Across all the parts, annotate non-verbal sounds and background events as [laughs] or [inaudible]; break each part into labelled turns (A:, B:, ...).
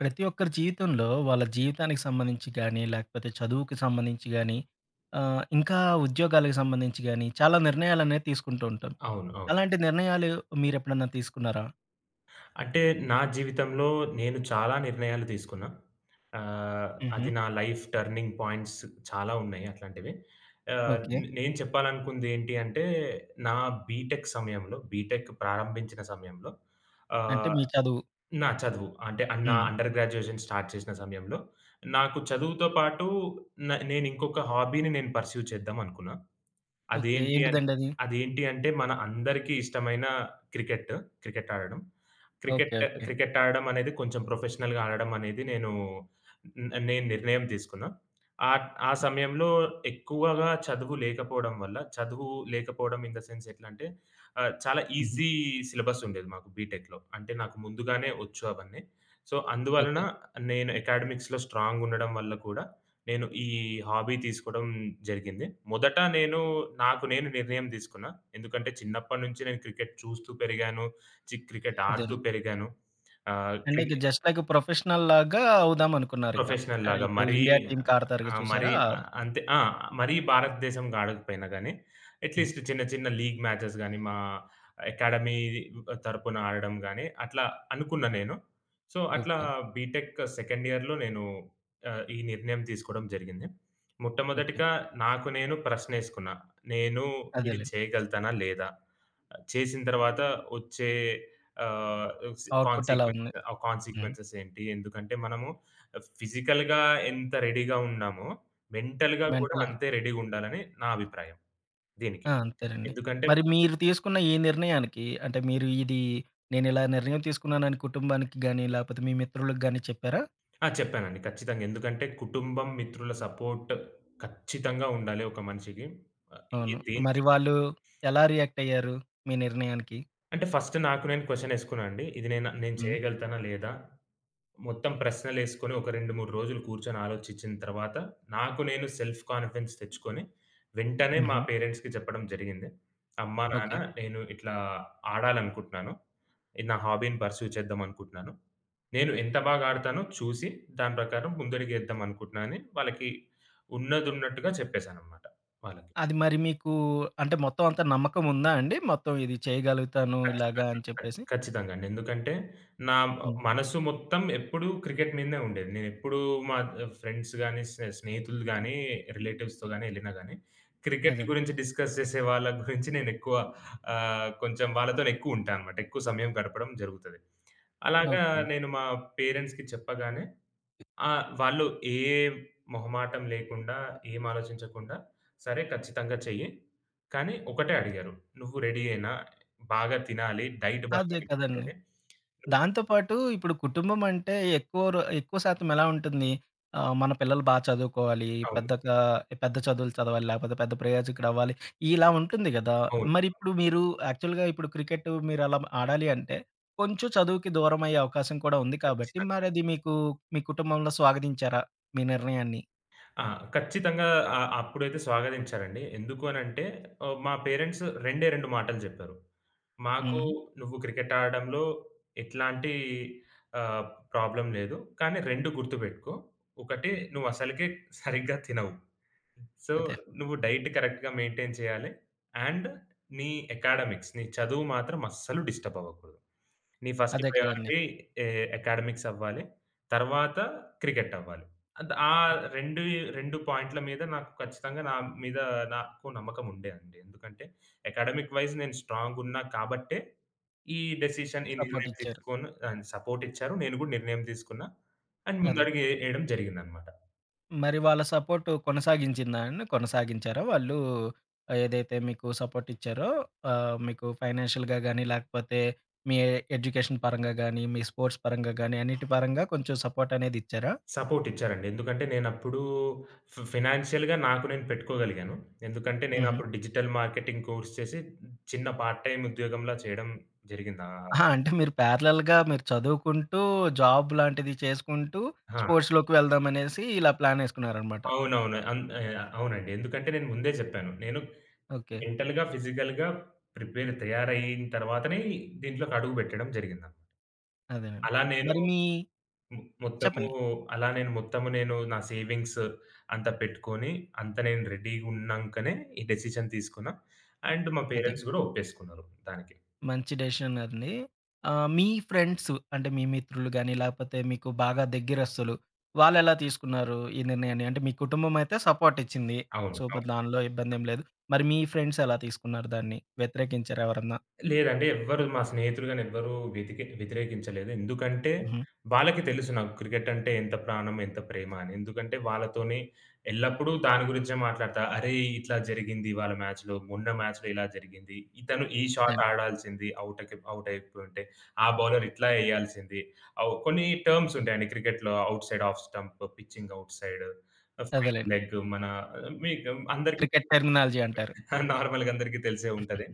A: ప్రతి ఒక్కరి జీవితంలో వాళ్ళ జీవితానికి సంబంధించి గానీ, లేకపోతే చదువుకి సంబంధించి గానీ, ఇంకా ఉద్యోగాలకు సంబంధించి గానీ, చాలా నిర్ణయాలనేవి తీసుకుంటూ ఉంటాం.
B: అవును. అవును.
A: అలాంటి నిర్ణయాలు మీరెప్పుడన్నా తీసుకున్నారా?
B: అంటే నా జీవితంలో నేను చాలా నిర్ణయాలు తీసుకున్నా. ఆహ్,
A: హుహు.
B: అది నా లైఫ్ టర్నింగ్ పాయింట్స్ చాలా ఉన్నాయి అట్లాంటివి. ఆహ్,
A: ఓకే.
B: నే నేను చెప్పాలనుకుందేంటి అంటే, నా బీటెక్ ప్రారంభించిన సమయంలో
A: అంటే
B: ఆహ్
A: మీ చదువు.
B: నా చదువు. అంటే నా
A: హ్మ్.
B: అండర్ గ్రాడ్యుయేషన్ స్టార్ట్ చేసిన సమయంలో నాకు చదువుతో పాటు నేనింకొక హాబీని నేను పర్స్యూ చేద్దాం అనుకున్నా.
A: ఓకే.
B: అదేంటి అంటే
A: ఏంటిదండి అది?
B: అదేంటి అంటే మన అందరికీ ఇష్టమైన క్రికెట్. క్రికెట్ ఆడడం. Cricket
A: okay. ఓకే.
B: క్రికెట్ ఆడడం అనేది కొంచెం ప్రొఫెషనల్‌గా ఆడడం అనేది నేను నిర్ణయం తీసుకున్నా. ఆ ఆ సమయంలో ఎక్కువగా చదువు లేకపోవడం వల్ల చదువు లేకపోవడం ఇన్ ద సెన్స్ ఎట్లంటే చాలా
A: హుహు.
B: ఈజీ సిలబస్ ఉండేది మాకు బీటెక్‌లో. అంటే నాకు ముందుగానే వచ్చు అవన్నీ. సో, అందువలన
A: ఓకే.
B: నేను అకాడమిక్స్‌లో స్ట్రాంగ్ ఉండడం వల్ల కూడా నేను ఈ హాబీ తీసుకోవడం జరిగింది. మొదట నేను నాకు నేను నిర్ణయం తీసుకున్నా. ఎందుకంటే చిన్నప్పటి నుంచి నేను క్రికెట్ చూస్తూ పెరిగాను. క్రికెట్ ఆడుతూ
A: అదేను.
B: పెరిగాను. ఆహ్,
A: అంటే
B: క్రి
A: ఇక జస్ట్ లైక్ ప్రొఫెషనల్ లాగా అవుదాం అనుకున్నారిక.
B: ప్రొఫెషనల్
A: అదే
B: లాగా
A: ఇప్పుడు
B: మరీ.
A: ఇండియా టీమ్‌కి ఆడతారుగా
B: ఆ! మరీ
A: చూసారా?
B: అంతే ఆ! మరీ భారతదేశం ఆడకపోయినా గానీ,
A: హ్మ్.
B: అట్‌లీస్ట్ చిన్న చిన్న లీగ్ మ్యాచెస్ గానీ, మా అకాడమీ తరపున ఆడడం గానీ, అట్లా అనుకున్నా నేను. సో, అట్లా
A: ఓకే.
B: బీటెక్ సెకండ్ ఇయర్‌లో నేను ఈ నిర్ణయం తీసుకోవడం జరిగింది.
A: ఓకే.
B: మొట్టమొదటిగా నాకు నేను ప్రశ్నేసుకున్నా. నేను ఇది
A: అదేలెండి.
B: చేయగలుగుతానా? లేదా? చేసిన తర్వాత వచ్చే ఆహ్,
A: అవుట్‌పుట్ ఎలా
B: కాన్సిక్వెన్స్
A: ఉంది?
B: ఆ
A: హ్మ్.
B: కాన్సిక్వెన్సెస్ ఏంటి? ఎందుకంటే మనము ఫిజికల్‌గా ఎంత రెడీగా ఉన్నామో, మెంటల్‌గా కూడా
A: మెంటల్‌గా
B: అంతే రెడీగుండాలని నా అభిప్రాయం దీనికి.
A: ఆ! అంతేనండి.
B: ఎందుకంటే
A: మరి
B: మనం
A: మీరు తీసుకున్న ఈ నిర్ణయానికి అంటే మీరు ఇది నేనిలా నిర్ణయం తీసుకున్నానని కుటుంబానికి గాని, లేపోతే మీ మిత్రులకు గాని చెప్పారా?
B: ఆ! చెప్పానండి. ఖచ్చితంగా. ఎందుకంటే కుటుంబం, మిత్రుల సపోర్ట్ ఖచ్చితంగా ఉండాలి ఒక మనిషికి. ఏ
A: అవును. మరి
B: దేనికి
A: వాళ్ళు ఎలా రియాక్ట్ అయ్యారు మీ నిర్ణయానికి?
B: అంటే ఫస్ట్ నాకు నేను క్వెషన్ ఏసుకున్నా అండి. ఇది నేను నేను
A: హ్మ్.
B: చేయగలుగుతానా లేదా? మొత్తం ప్రశ్నలేసుకొని ఒక 2, 3 రోజులు కూర్చొని ఆలోచించిన తర్వాత, నాకు నేను సెల్ఫ్ కాన్ఫిడెన్స్ తెచ్చుకొని, వెంటనే మా
A: హుహు.
B: పేరెంట్స్‌కి చెప్పడం జరిగింది. అమ్మా, నాన్న
A: ఓకే.
B: నేను ఇట్లా ఆడాలనుకుంటున్నాను. ఇది నా హాబీని పర్స్యూ చేద్దాం అనుకుంటున్నాను. నేను ఎంత బాగా ఆడతానో చూసి, దాని ప్రకారం ముందడుగేద్దాం అనుకుంటున్నా అని వాళ్ళకి ఉన్నదున్నట్టుగా చెప్పేసాననమాట వాళ్ళకి.
A: అది మరి మీకు అంటే మొత్తం అంతా నమ్మకముందా అండి? మొత్తం ఇది చేయగలుగుతాను ఇలాగా
B: ఖచ్చితంగా.
A: అని
B: ఖ
A: చెప్పేసి?
B: ఖచ్చితంగా అండి. ఎందుకంటే నా
A: హ్మ్.
B: మనసు మొత్తం ఎప్పుడు క్రికెట్ మీదనే ఉండేది. నేనెప్పుడు మా ఫ్రెండ్స్ గాని, స్నేహితులు గాని, రిలేటివ్స్‌తో గాని ఎళ్ళినా గాని క్రికెట్
A: అదే.
B: గురించి డిస్కస్ చేసే వాళ్ళ గురించి నేనెక్కువ కొంచెం వాళ్ళతోనే ఎక్కువ ఉంటా అన్నమాట. ఎక్కువ సమయం గడపడం జరుగుతది. అలాగా
A: ఓకే.
B: నేను మా పేరెంట్స్‌కి చెప్పగానే ఆ! వాళ్ళు ఏ మొహమాటం లేకుండా, ఏం ఆలోచించకుండా, "సరే ఖచ్చితంగా చెయ్యి." కానీ ఒకటే అడిగారు, "నువ్వు రెడీయేనా? బాగా తినాలి. డైట్ బాగా
A: అదే
B: మెయింటైన్
A: కదండీ.
B: చేయాలి." నువ్వు
A: దాంతో పాటు ఇప్పుడు కుటుంబం అంటే ఎక్కువ ఎక్కువ శాతం ఎలా ఉంటుంది? మన పిల్లలు చదువుకోవాలి,
B: అవును.
A: పెద్దగా పెద్ద చదువులు చదవాలి, లేకపోతే పెద్ద ప్రయోజకుడవ్వాలి, ఇలా ఉంటుంది గదా!
B: అవును.
A: మరిప్పుడు మీరు యాక్చువల్‌గా ఇప్పుడు క్రికెట్ మీరు అలా ఆడాలి అంటే, కొంచెం చదువుకి దూరమయ్యే అవకాశం కూడా ఉంది కాబట్టి,
B: ఖచ్చితంగా.
A: మరది మీకు మీ కుటుంబంలో స్వాగతించారా? మీ నిర్ణయాన్ని?
B: ఆ! ఖచ్చితంగా అప్పుడైతే స్వాగతించారండి. ఎందుకు అనంటే మా పేరెంట్స్ రెండే 2 మాటలు జెప్పారు. "మాకు
A: హ్మ్.
B: నువ్వు క్రికెట్ ఆడడంలో ఎట్లాంటి ఆహ్, ప్రాబ్లమ్ లేదు. కానీ 2 గుర్తుపెట్టుకో. ఒకటి నువ్వసలకే సరిగ్గా తినవు." సో,
A: అదే.
B: నువ్వు డైట్ కరెక్ట్‌గా మెయింటైన్ చేయాలి. అండ్ నీ అకాడమిక్స్ నీ చదువు మాత్రం అస్సలు డిస్టర్బ్ అవ్వకూడదు. నీ ఫస్ట్
A: అదే కదండీ.
B: ప్రయారిటీ ఎ అకాడమిక్స్ అవ్వాలి. తర్వాత క్రికెట్ అవ్వాలి. అంత్ ఆ 2 2 పాయింట్ల మీద నాకు ఖచ్చితంగా నా మీద నాకు నమ్మకం ఉండే అండి. ఎందుకంటే అకాడమిక్ వైస్ నేను స్ట్రాంగ్ ఉన్నా కాబట్టే ఈ డెసిషన్, ఈ నిర్ణయం
A: సపోర్టిచ్చారు.
B: తీసుకోను అండ్ సపోర్ట్ ఇచ్చారు. నేను కూడా నిర్ణయం తీసుకున్నా. అండ్
A: అదే.
B: ముందడుగు ఏయడం జరిగిందనమాట.
A: మరి వాళ్ళ సపోర్ట్ కొనసాగించిందా అండి? కొనసాగించారా వాళ్ళు? ఏదైతే మీకు సపోర్ట్ ఇచ్చారో మీకు ఫైనాన్షియల్‌గా గానీ, లేకపోతే మీ ఎడ్యుకేషన్ పరంగా గానీ, మీ స్పోర్ట్స్ పరంగా గానీ, అన్నిటి పరంగా కొంచెం సపోర్ట్ అనేది ఇచ్చారా?
B: సపోర్ట్ ఇచ్చారండి. ఎందుకంటే నేనప్పుడు ఫినాన్షియల్‌గా నాకు నేను పెట్టుకోగలిగాను. ఎందుకంటే
A: హుహు.
B: నేనప్పుడు డిజిటల్ మార్కెటింగ్ కోర్స్ చేసి చిన్న పార్ట్ టైమ్ ఉద్యోగంలా చేయడం జరిగింది.
A: అహా! అంటే మీరు ప్యారలల్‌గా మీరు చదువుకుంటూ, జాబ్ లాంటిది చేసుకుంటూ,
B: ఆ!
A: స్పోర్ట్స్‌లోకి వెళ్దామనేసి ఇలా ప్లానేసుకున్నారనమాట.
B: అవునవును. అవునండి. ఎందుకంటే నేను ముందే చెప్పాను. నేను
A: ఓకే.
B: మెంటల్‌గా, ఫిజికల్‌గా తయారయిన తర్వాతనే దీంట్లోకి అడుగు పెట్టడం జరిగిందన్నమాట.
A: అదేనండి.
B: అలా నేను
A: మరి మీ
B: మొ మొత్తము
A: చెప్పండి.
B: అలా నేను మొత్తము నేను నా సేవింగ్స్ అంతా పెట్టుకొని, అంతా నేను రెడీగున్నాంకనే ఈ డెసిషన్ తీసుకున్నా. అండ్ మా
A: అదే.
B: పేరెంట్స్ గూడా ఒప్పేసుకున్నారు దానికి.
A: మంచి డెసిషన్ అండి. మీ ఫ్రెండ్స్ అంటే మీ మిత్రులు గాని, లేకపోతే మీకు బాగా దగ్గరస్తులు వాళ్ళెలా తీసుకున్నారు ఈ నిర్ణయాన్ని? అంటే మీ కుటుంబం అయితే సపోర్ట్ ఇచ్చింది.
B: అవును.
A: సూపర్
B: అవును.
A: దానిలో ఇబ్బందేం లేదు. మరి మీ ఫ్రెండ్స్ ఎలా తీసుకున్నారు దాన్ని? వ్యతిరేకించారా ఎవరన్నా?
B: లేదండి. ఎవ్వరు మా స్నేహితులు గాని ఎవ్వరూ వ్యతిరేకించలేదు. ఎందుకంటే
A: హుహు.
B: వాళ్ళకి తెలుసు నాకు క్రికెట్ అంటే ఎంత ప్రాణం, ఎంత ప్రేమ అని. ఎందుకంటే వాళ్ళతోనే ఎల్లప్పుడూ దాని గురించే మాట్లాడతా. "అరేయ్! ఇట్లా జరిగింది ఇవాళ మ్యాచ్‌లో. మొన్న మ్యాచ్‌లో ఇలా జరిగింది. ఇతను ఈ షాట్
A: అన్
B: ఆడాల్సింది ఔట్ అయిపోయుంటే. ఆ బౌలర్ ఇట్లా ఎయ్యాల్సింది." కొన్ని టర్మ్స్ ఉంటాయండి క్రికెట్‌లో. Outside off stump, pitching outside, ఫైడ్
A: అదేలెండి.
B: లెగ్ మన మీకు అందరికీ
A: క్రికెట్ టెర్మినాలజీ అంటారు.
B: [laughs] నార్మల్‌గా అందరికీ తెలిసే ఉంటది.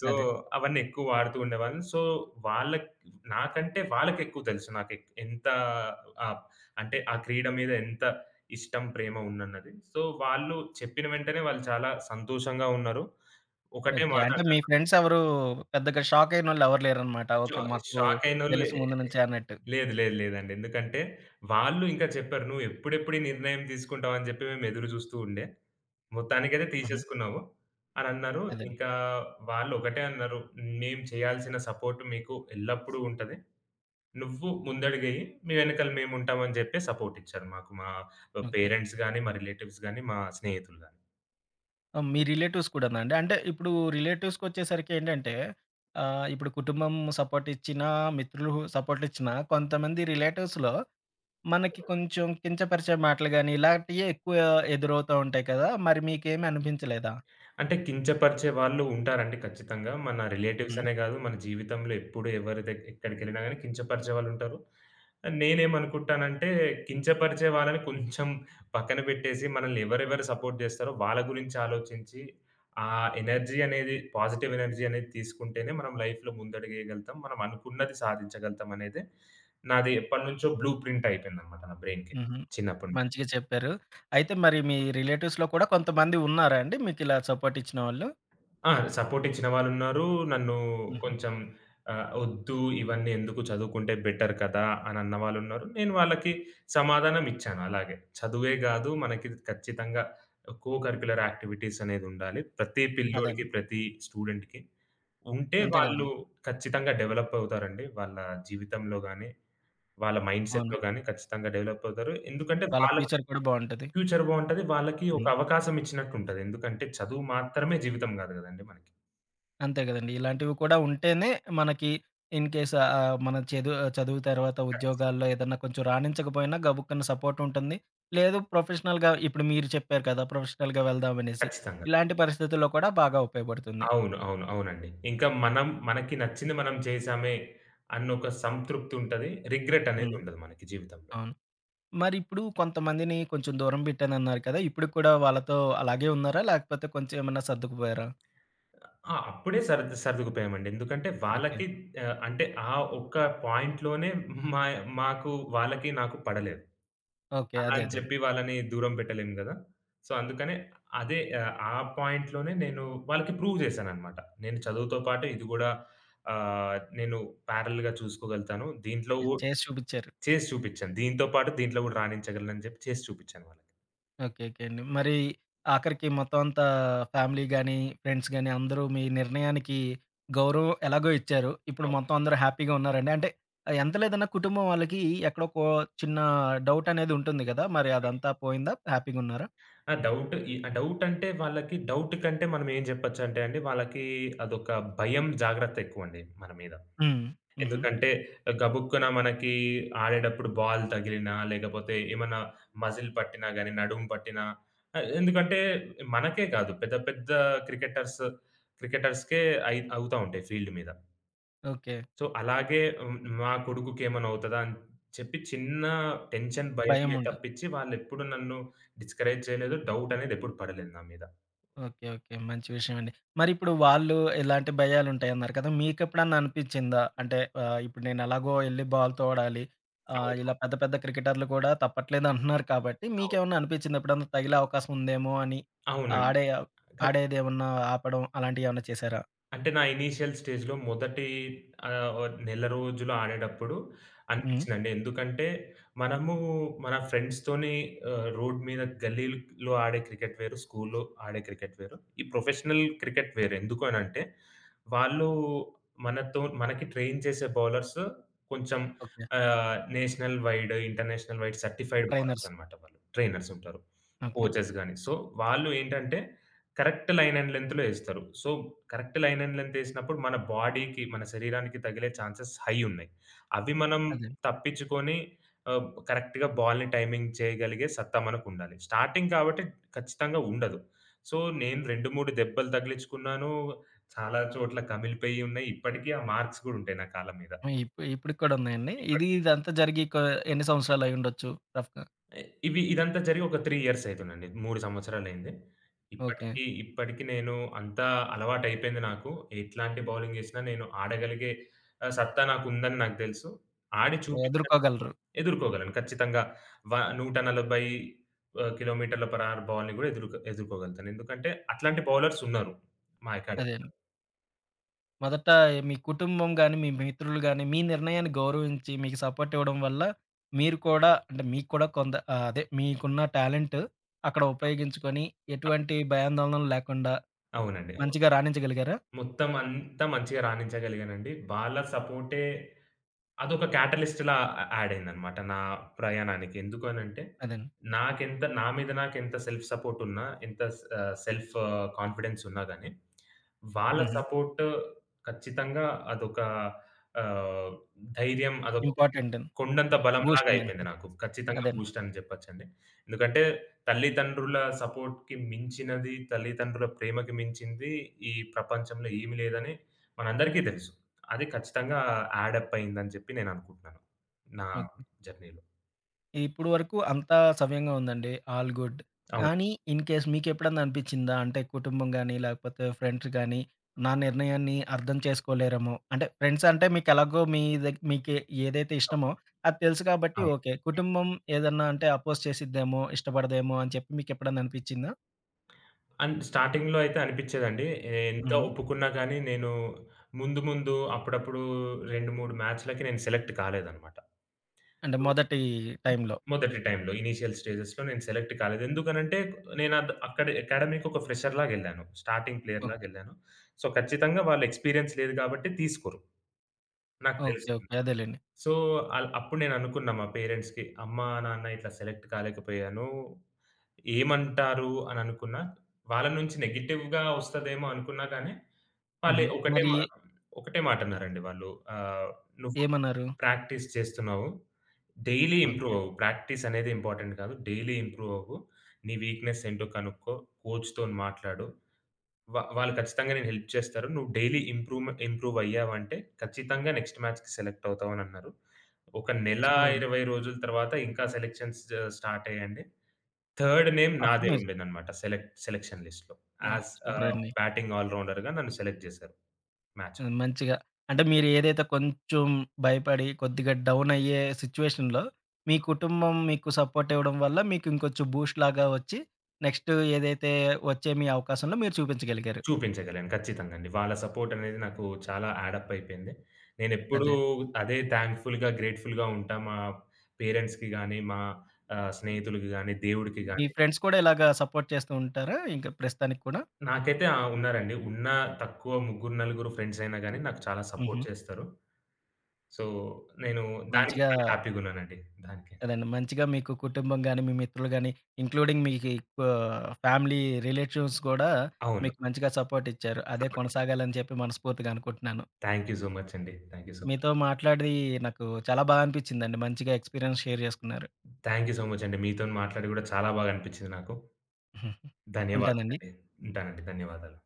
B: సో,
A: అదే.
B: అవన్నీ ఎక్కువ వాడుతూ ఉండేవాళ్ళం. సో, వాళ్ళకి నాకంటే వాళ్ళకెక్కువ తెలుసు. ఎంత ఆహ్, అంటే ఆ క్రీడ మీద ఎంత ఇష్టం, ప్రేమ ఉందన్నది. సో, వాళ్ళు చెప్పిన వెంటనే వాళ్ళు చాలా సంతోషంగా ఉన్నారు. ఒకటే
A: ఓకే.
B: మాట
A: అంటే మీ
B: అన్నారు.
A: ఫ్రెండ్స్ ఎవరు పెద్దగా షాక్ అయినోళ్ళు ఎవరు లేరనమాట.
B: షా
A: ఓకే. మాకు
B: షాక్ అయినోళ్ళు
A: తెలుసు ముందు నుంచే అన్నట్టు.
B: లేదు. లేదు. లేదండి. ఎందుకంటే వాళ్ళు ఇంకా చెప్పారు. "నువ్వు ఎప్పుడెప్పుడు ఈ నిర్ణయం తీసుకుంటావు" అని చెప్పి మేము ఎదురు చూస్తూ ఉండే. మొత్తానికైతే
A: హుహు.
B: తీసేసుకున్నాము అనన్నారు.
A: అదే.
B: ఇంకా వాళ్ళు ఒకటే అన్నారు. "మేము చేయాల్సిన సపోర్ట్ మీకు ఎల్లప్పుడూ ఉంటది. నువ్వు ముందడుగెయ్యి. మీ వెనకాల మేముంటాం" అని చెప్పి సపోర్ట్ ఇచ్చారు మాకు. మా
A: ఓకే.
B: పేరెంట్స్ గాని, మా రిలేటివ్స్ గాని, మా స్నేహితులు గాని.
A: ఆ! మీ రిలేటివ్స్ కూడానా అండి? అంటే ఇప్పుడు రిలేటివ్స్‌కొచ్చేసరికి ఏంటంటే ఇప్పుడు కుటుంబం సపోర్ట్ ఇచ్చినా, మిత్రులు సపోర్ట్ ఇచ్చినా కొంతమంది రిలేటివ్స్‌లో మనకి కొంచెం కించపరిచే మాటలు గాని, ఇలాంటియే ఎక్కువ ఎదురవుతా ఉంటాయి కదా! మరి మీకేమి అనిపించలేదా?
B: అంటే కించపరిచే వాళ్ళు ఉంటారండి ఖచ్చితంగా. మన రిలేటివ్స్
A: హ్మ్.
B: అనే గాదు, మన జీవితంలో ఎప్పుడు ఎవరి ఎక్కడికెళ్ళినా గాని కించపరిచే వాళ్ళుంటారు. నేనేమనుకుంటానంటే కించపరిచే వాళ్ళని కొంచెం పక్కన పెట్టేసి, మనల్ని ఎవరెవరు సపోర్ట్ జేస్తారో వాళ్ళ గురించి ఆలోచించి, ఆ ఎనర్జీ అనేది పాజిటివ్ ఎనర్జీ అనేది తీసుకుంటేనే మనం లైఫ్‌లో ముందడుగేయగలుగుతాం. మనం అనుకున్నది సాధించగలుగుతాం అనేది నాది ఎప్పటినుంచో బ్లూ ప్రింట్ అయిపోయిందన్నమాట నా బ్రెయిన్‌కి
A: హుహు.
B: చిన్నప్పటి నుంచి.
A: మంచిగా చెప్పారు. అయితే మరి మీ రిలేటివ్స్‌లో కూడా కొంతమంది ఉన్నారా అండి మీకిలా సపోర్ట్ ఇచ్చిన వాళ్ళు?
B: ఆ! సపోర్ట్ ఇచ్చిన వాళ్ళున్నారు. నన్ను
A: హుహు.
B: కొంచెం "ఒద్దు ఇవన్నీ ఎందుకు చదువుకుంటే బెటర్ కదా!" అని అన్న వాళ్ళున్నారు. నేను వాళ్ళకి సమాధానం ఇచ్చాను అలాగే. చదువే గాదు మనకి ఖచ్చితంగా కరిక్యులర్ యాక్టివిటీస్ అనేది ఉండాలి. ప్రతి పిల్లోడికి,
A: అదేనండి.
B: ప్రతి స్టూడెంట్‌కి. ఉంటే
A: అంతే
B: వాళ్ళు
A: కదండీ.
B: ఖచ్చితంగా డెవలప్ అవుతారండి. వాళ్ళ జీవితంలో గాని, వాళ్ళ
A: అవును.
B: మైండ్‌సెట్‌లో గాని ఖచ్చితంగా డెవలప్ అవుతారు. ఎందుకంటే
A: వాళ్ళ
B: వాళ్ళకి
A: ఫ్యూచర్ కూడా బావుంటది.
B: ఫ్యూచర్ బావుంటది. వాళ్ళకి ఒక
A: హ్మ్.
B: అవకాశం ఇచ్చినట్టు ఉంటది. ఎందుకంటే చదువు మాత్రమే జీవితం గాదు గదండీ మనకి.
A: అంతే గదండీ. ఇలాంటివి కూడా ఉంటేనే మనకి ఇన్ కేస్ మన చదువు తర్వాత
B: ఖచ్చితంగా
A: ఉద్యోగాల్లో ఏదన్నా కొంచెం రాణించకపోయినా గబుక్కన సపోర్ట్ ఉంటుంది. లేదు ప్రొఫెషనల్‌గా ఇప్పుడు మీరు చెప్పారు కదా! ప్రొఫెషనల్‌గా వెళ్దామనేసి.
B: ఖచ్చితంగా.
A: ఇలాంటి పరిస్థితుల్లో కూడా బాగా ఉపయోగపడుతుంది.
B: అవును. అవును. అవునండి. ఇంకా మనం మనకి నచ్చింది మనం చేశామే అన్నొక సంతృప్తి ఉంటది. రిగ్రెట్ అనేది
A: హ్మ్.
B: ఉండదు మనకి జీవితంలో.
A: అవును. మరిప్పుడు కొంతమందిని కొంచెం దూరం పెట్టానన్నారు కదా! ఇప్పటికి కూడా వాళ్ళతో అలాగే ఉన్నారా? లేకపోతే కొంచెం ఏమన్నా సర్దుకుపోయారా?
B: ఆ! అప్పుడే సర్దుకుపోయామండి. ఎందుకంటే
A: ఓకే.
B: వాళ్ళకి అంటే ఆ ఒక్క పాయింట్‌లోనే మా మాకు వాళ్ళకి నాకు పడలేదు.
A: ఓకే.
B: అలా
A: అదే
B: అని
A: అదే.
B: చెప్పి వాళ్ళని దూరం పెట్టలేము గదా! సో, అందుకనే అదే ఆ పాయింట్‌లోనే నేను వాళ్ళకి ప్రూవ్ చేశాననమాట. నేను చదువుతో పాటు ఇది గూడా నేను ప్యారలెల్‌గా చూసుకోగలుగుతాను. దీంట్లో
A: చేసి చూపిచ్చారు.
B: చేసి చూపిచ్చాను. దీంతో పాటు దీంట్లో గూడా రాణించగలనని జెప్పి చేసి చూపిచ్చాను వాళ్ళకి.
A: ఓకే. ఓకే అండి. మరి ఆఖరికి మొత్తం అంతా ఫ్యామిలీ గాని, ఫ్రెండ్స్ గాని అందరూ మీ నిర్ణయానికి గౌరవం ఎలాగో ఇచ్చారు. ఇప్పుడు మొత్తం
B: అవును.
A: అందరూ హ్యాపీగా ఉన్నారండి. అంటే ఎంత లేదన్నా కుటుంబం వాళ్ళకి ఎక్కడో ఒక చిన్న డౌట్ అనేది ఉంటుంది గదా! మరి అదంతా పోయిందా? హ్యాపీగున్నారా?
B: ఆ! డౌట్ ఈ ఆ డౌట్ అంటే వాళ్ళకి డౌట్ కంటే మనం ఏం జెప్పొచ్చంటే అండి వాళ్ళకి అదొక భయం, జాగ్రత్త ఎక్కువండి మన మీద.
A: హ్మ్. హుహు.
B: ఎందుకంటే గబుక్కున మనకి ఆడేటప్పుడు బాల్ తగిలినా, లేకపోతే ఏమన్నా మజిల్ పట్టినా గాని, నడుము పట్టినా ఎందుకంటే మనకే కాదు పెద్ద పెద్ద క్రికెటర్స్, క్రికెటర్స్‌కే అవుతా ఉంటాయి ఫీల్డ్ మీద.
A: ఓకే.
B: సో, అలాగే మా కొడుకుకేమైనా అవుతదా అని చెప్పి చిన్న టెన్షన్, భయమే
A: భయముంది.
B: తప్పించి వాళ్ళెప్పుడు నన్ను డిస్కరేజ్ చేయలేదు. డౌట్ అనేది ఎప్పుడు పడలేదు నా మీద.
A: ఓకే. ఓకే. మంచి విషయమండి. మరిప్పుడు వాళ్ళు ఇలాంటి భయాలుంటాయన్నారు కదా! మీకెప్పుడన్నా అనిపిచ్చిందా? అంటే ఇప్పుడు నేను ఎలాగో ఎళ్లి బాల్ తోడాలి. ఇలా
B: అవును.
A: పెద్ద పెద్ద క్రికెటర్లు కూడా తప్పట్లేదంటున్నారు కాబట్టి
B: అవును.
A: మీకేమన్నా అనిపిచ్చిందా? ఎప్పుడన్నా తగిలే అవకాశం ఉందేమో అని ఆ,
B: అవునండి.
A: ఆడే ఆడేదేమన్నా ఆపడం అలాంటియేమన్నా చేశారా?
B: అంటే నా ఇనీషియల్ స్టేజ్‌లో మొదటి నెల రోజులు ఆడేటప్పుడు
A: హ్మ్.
B: అనిపించిందండి. ఎందుకంటే మనము మన ఫ్రెండ్స్‌తోని రోడ్ మీద గల్లీలో ఆడే క్రికెట్ వేరు, స్కూల్‌లో ఆడే క్రికెట్ వేరు. ఈ ప్రొఫెషనల్ క్రికెట్ వేరు. ఎందుకు అనంటే వాళ్ళు మనతో మనకి ట్రైన్ చేసే బౌలర్స్ కొంచెం
A: okay.
B: National wide, international wide certified bowlers
A: trainers.
B: అన్నమాట వాళ్ళు. ట్రైనర్స్ ఉంటారు.
A: ఓకే.
B: కోచెస్ గాని. సో, వాళ్ళు ఏంటంటే కరెక్ట్ లైన్ అండ్ లెంగ్త్‌లో ఏస్తారు. So, correct line and length ఏసినప్పుడు మన బాడీకి, మన శరీరానికి తగిలే ఛాన్సెస్ హై ఉన్నాయి. అవి మనం
A: అదే.
B: తప్పించుకొని కరెక్ట్‌గా బాల్‌ని టైమింగ్ చేయగలిగే సత్తా మనకుండాలి. స్టార్టింగ్ కాబట్టి ఖచ్చితంగా ఉండదు. సో, నేను 2, 3 దెబ్బలు తగిలించుకున్నాను. చాలా చోట్ల కమిలిపోయి ఉన్నాయి. ఇప్పటికీ ఆ మార్క్స్ గూడా ఉంటాయి నా కాళ్ళ మీద.
A: హ్మ్. ఇప్పటికి కూడా ఉన్నాయండి. ఇది
B: ఇప్పటికి
A: ఇదంతా జరిగి ఎన్ని సంవత్సరాలయ్యుండొచ్చు రఫ్‌గా?
B: ఎ ఇవి ఇదంతా జరిగి ఒక 3 ఇయర్స్ అయితుందండి. 3 సంవత్సరాలయింది.
A: ఓకే.
B: ఇప్పటికి నేను అంతా అలవాటయిపోయింది నాకు. ఎట్లాంటి బౌలింగ్ చేసినా నేను ఆడగలిగే సత్తా నాకుందని నాకు తెలుసు. ఆడి చూపించాను.
A: ఎదుర్కోగలరు.
B: ఎదుర్కోగలను ఖచ్చితంగా. వ 140 కిలోమీటర్ల పర్ అవర్ బాల్‌ని గూడా ఎదుర్కోగలుగుతాను. ఎందుకంటే అట్లాంటి బౌలర్స్ ఉన్నారు మా
A: అదే.
B: అకాడమీలో.
A: మొదట మీ కుటుంబం గాని, మీ మిత్రులు గాని, మీ నిర్ణయాన్ని గౌరవించి మీకు సపోర్ట్ ఇవ్వడం వల్ల మీరు కూడా అంటే మీకు కూడా కొంత అదే మీకున్న టాలెంట్ అక్కడ ఉపయోగించుకొని ఎటువంటి భయాందోళనలు లేకుండా
B: అవునండి. అవును.
A: మంచిగా రాణించగలిగారా?
B: మొత్తం అంతా మంచిగా రాణించగలిగానండి. వాళ్ళ సపోర్టే అదొక క్యాటలిస్ట్‌లా ఆ యాడ్ అయిందనమాట నా ప్రయాణానికి. ఎందుకు అనంటే,
A: అదేనండి.
B: నాకెంత నా మీద నాకెంత సెల్ఫ్ సపోర్ట్ ఉన్నా, ఎంత సెల్ఫ్ కాన్ఫిడెన్స్ ఉన్నా గాని, వాళ్ళ
A: హుహు.
B: సపోర్ట్ ఖచ్చితంగా అదొక ఆహ్, ధైర్యం అదొక
A: ఇంపార్టెంట్ అని.
B: కొండంత బలంలాగా
A: బూస్టింగ్ అని.
B: అయిపోయింది నాకు. ఖచ్చితంగా
A: అదేనండి.
B: బూస్ట్ అని చెప్పొచ్చండి. ఎందుకంటే తల్లిదండ్రుల సపోర్ట్‌కి మించినది, తల్లిదండ్రుల ప్రేమకి మించింది ఈ ప్రపంచంలో ఏమి లేదని మనందరికీ తెలుసు. అది ఖచ్చితంగా యాడ్ అప్ అయిందని చెప్పి నేను అనుకుంటున్నాను. నా
A: ఓకే.
B: జర్నీలో.
A: ఇప్పుడు వరకు అంతా సవ్యంగా ఉందండి. All good.
B: అవును.
A: కానీ ఇన్ కేస్ మీకెప్పుడన్నా అనిపిచ్చిందా? అంటే కుటుంబం గాని, లేకపోతే ఫ్రెండ్స్ గాని, నా నిర్ణయాన్ని అర్థం చేసుకోలేరేమో. అంటే ఫ్రెండ్స్ అంటే మీకెలాగో మీ మీకే ఏదైతే
B: అవును.
A: ఇష్టమో అది తెలుసు కాబట్టి
B: అవును.
A: ఓకే. కుటుంబం ఏదన్నా అంటే అపోజ్ చేసిద్దేమో, ఇష్టపడదేమో అని చెప్పి మీకెప్పుడన్నా అనిపిచ్చిందా?
B: అండ్ స్టార్టింగ్‌లో అయితే అనిపిచ్చేదండి. ఎంత
A: హ్మ్.
B: ఒప్పుకున్నా గానీ నేను ముందు ముందు అప్పుడప్పుడు 2, 3 మ్యాచ్‌లకి నేను సెలెక్ట్ కాలేదనమాట.
A: అంటే
B: సో
A: మొదటి టైంలో.
B: మొదటి టైంలో ఇనీషియల్ స్టేజెస్‌లో నేను సెలెక్ట్ కాలేదు. ఎందుకనంటే నేను అక్కడ అకాడమీకి ఒక ఫ్రెషర్ లాగెళ్ళాను. Starting player
A: okay.
B: లాగెళ్ళాను. సో, ఖచ్చితంగా వాళ్ళు ఎక్స్‌పీరియన్స్ లేదు కాబట్టి తీసుకోరు. నాకు
A: ఓకే.
B: తెలిసింది.
A: ఓకే. అదేలెండి.
B: సో, అప్పుడు నేను అనుకున్నా మా పేరెంట్స్‌కి, "అమ్మా, నాన్న ఇట్లా సెలెక్ట్ కాలేకపోయాను. ఏమంటారు?" అని అనుకున్నా. వాళ్ళ నుంచి నెగెటివ్‌గా వస్తదేమో అనుకున్నా కానీ, వాళ్ళే
A: హుహు.
B: ఒకటే
A: మరి
B: మా ఒకటే మాటన్నారండి వాళ్ళు. ఆహ్, "నువ్వు
A: ఏమన్నారు?
B: ప్రాక్టీస్ చేస్తున్నావు. Daily improve
A: okay.
B: అవ్వు. ప్రాక్టీస్ అనేది ఇంపార్టెంట్ కాదు. డైలీ ఇంప్రూవ్ అవ్వు. నీ వీక్‌నెస్ ఏంటో కనుక్కో. కోచ్‌తోని మాట్లాడు. వాళ్ళు ఖచ్చితంగా నేను హెల్ప్ చేస్తారు. నువ్వు డైలీ ఇంప్రూవ్ అయ్యావంటే ఖచ్చితంగా నెక్స్ట్ మ్యాచ్‌కి సెలెక్ట్ అవుతావనన్నారు. ఒక నెల,
A: సో,
B: 20 రోజుల తర్వాత ఇంకా సెలెక్షన్స్ జ స్టార్ట్ అయ్యాయండి. థర్డ్ నేమ్
A: అప్పుడు
B: నాదే
A: మీరు
B: ఉండేదనమాట సెలక్షన్ లిస్ట్‌లో.
A: ఆ! సూపరండి.
B: బ్యాటింగ్ ఆల్ రౌండర్‌గా నన్ను సెలెక్ట్ చేశారు మ్యాచ్‌లో.
A: హ్మ్. మంచిగా. అంటే మీరు ఏదైతే కొంచెం భయపడి కొద్దిగా డౌన్ అయ్యే సిట్యుయేషన్‌లో మీ కుటుంబం మీకు సపోర్ట్ ఇవ్వడం వల్ల మీకు ఇంకొంచెం బూస్ట్ లాగా వచ్చి నెక్స్ట్ ఏదైతే వచ్చే మీ అవకాశంలో మీరు చూపించగలిగారు.
B: చూపించగలను. ఖచ్చితంగా అండి. వాళ్ళ సపోర్ట్ అనేది నాకు చాలా యాడ్ అప్ అయిపోయింది. నేనెప్పుడూ
A: అదే.
B: అదే థాంక్‌ఫుల్‌గా, గ్రేట్‌ఫుల్‌గా ఉంటా. మా పేరెంట్స్‌కి గాని, మా స్నేహితులకి గాని, దేవుడికి
A: మీ
B: గాని.
A: ఫ్రెండ్స్ కూడా ఇలాగా సపోర్ట్ చేస్తూ ఉంటారా? ఇంకా ప్రస్తుతానికి కూడా?
B: నాకైతే ఆ! ఉన్నారండి. ఉన్న తక్కువ ముగ్గురు, నలుగురు ఫ్రెండ్స్ అయినా గాని నాకు చాలా సపోర్ట్
A: హుహు.
B: చేస్తారు. సో, నేను దానికి
A: మంచిగా
B: చాలా హ్యాపీ‌గున్నానండి. దానికి.
A: అదండి. మంచిగా మీకు కుటుంబం గాని, మీ మిత్రులు గాని ఇంక్లూడింగ్ మీకి ఫ్యామిలీ రిలేటివ్స్ కూడా
B: అవును.
A: మీకు మంచిగా సపోర్ట్ ఇచ్చారు. అదే
B: సపోర్ట్ ఇచ్చారు.
A: కొనసాగాలని చెప్పి మనస్ఫూర్తిగా అనుకుంటున్నాను.
B: థాంక్ యూ సో మచ్ అండి. Thank you so much.
A: మీతో మాట్లాడి నాకు చాలా అనిపించిందండి. మంచిగా ఎక్స్‌పీరియన్స్ షేర్ జేసుకున్నారు.
B: థాంక్ యూ సో మచ్ అండి. మీతోని మాట్లాడి గూడా చాలా బాగా అనిపించింది నాకు.
A: [laughs] ఉంటానండి.
B: ధన్యవాదాలండి. ఉంటానండి. ధన్యవాదాలు.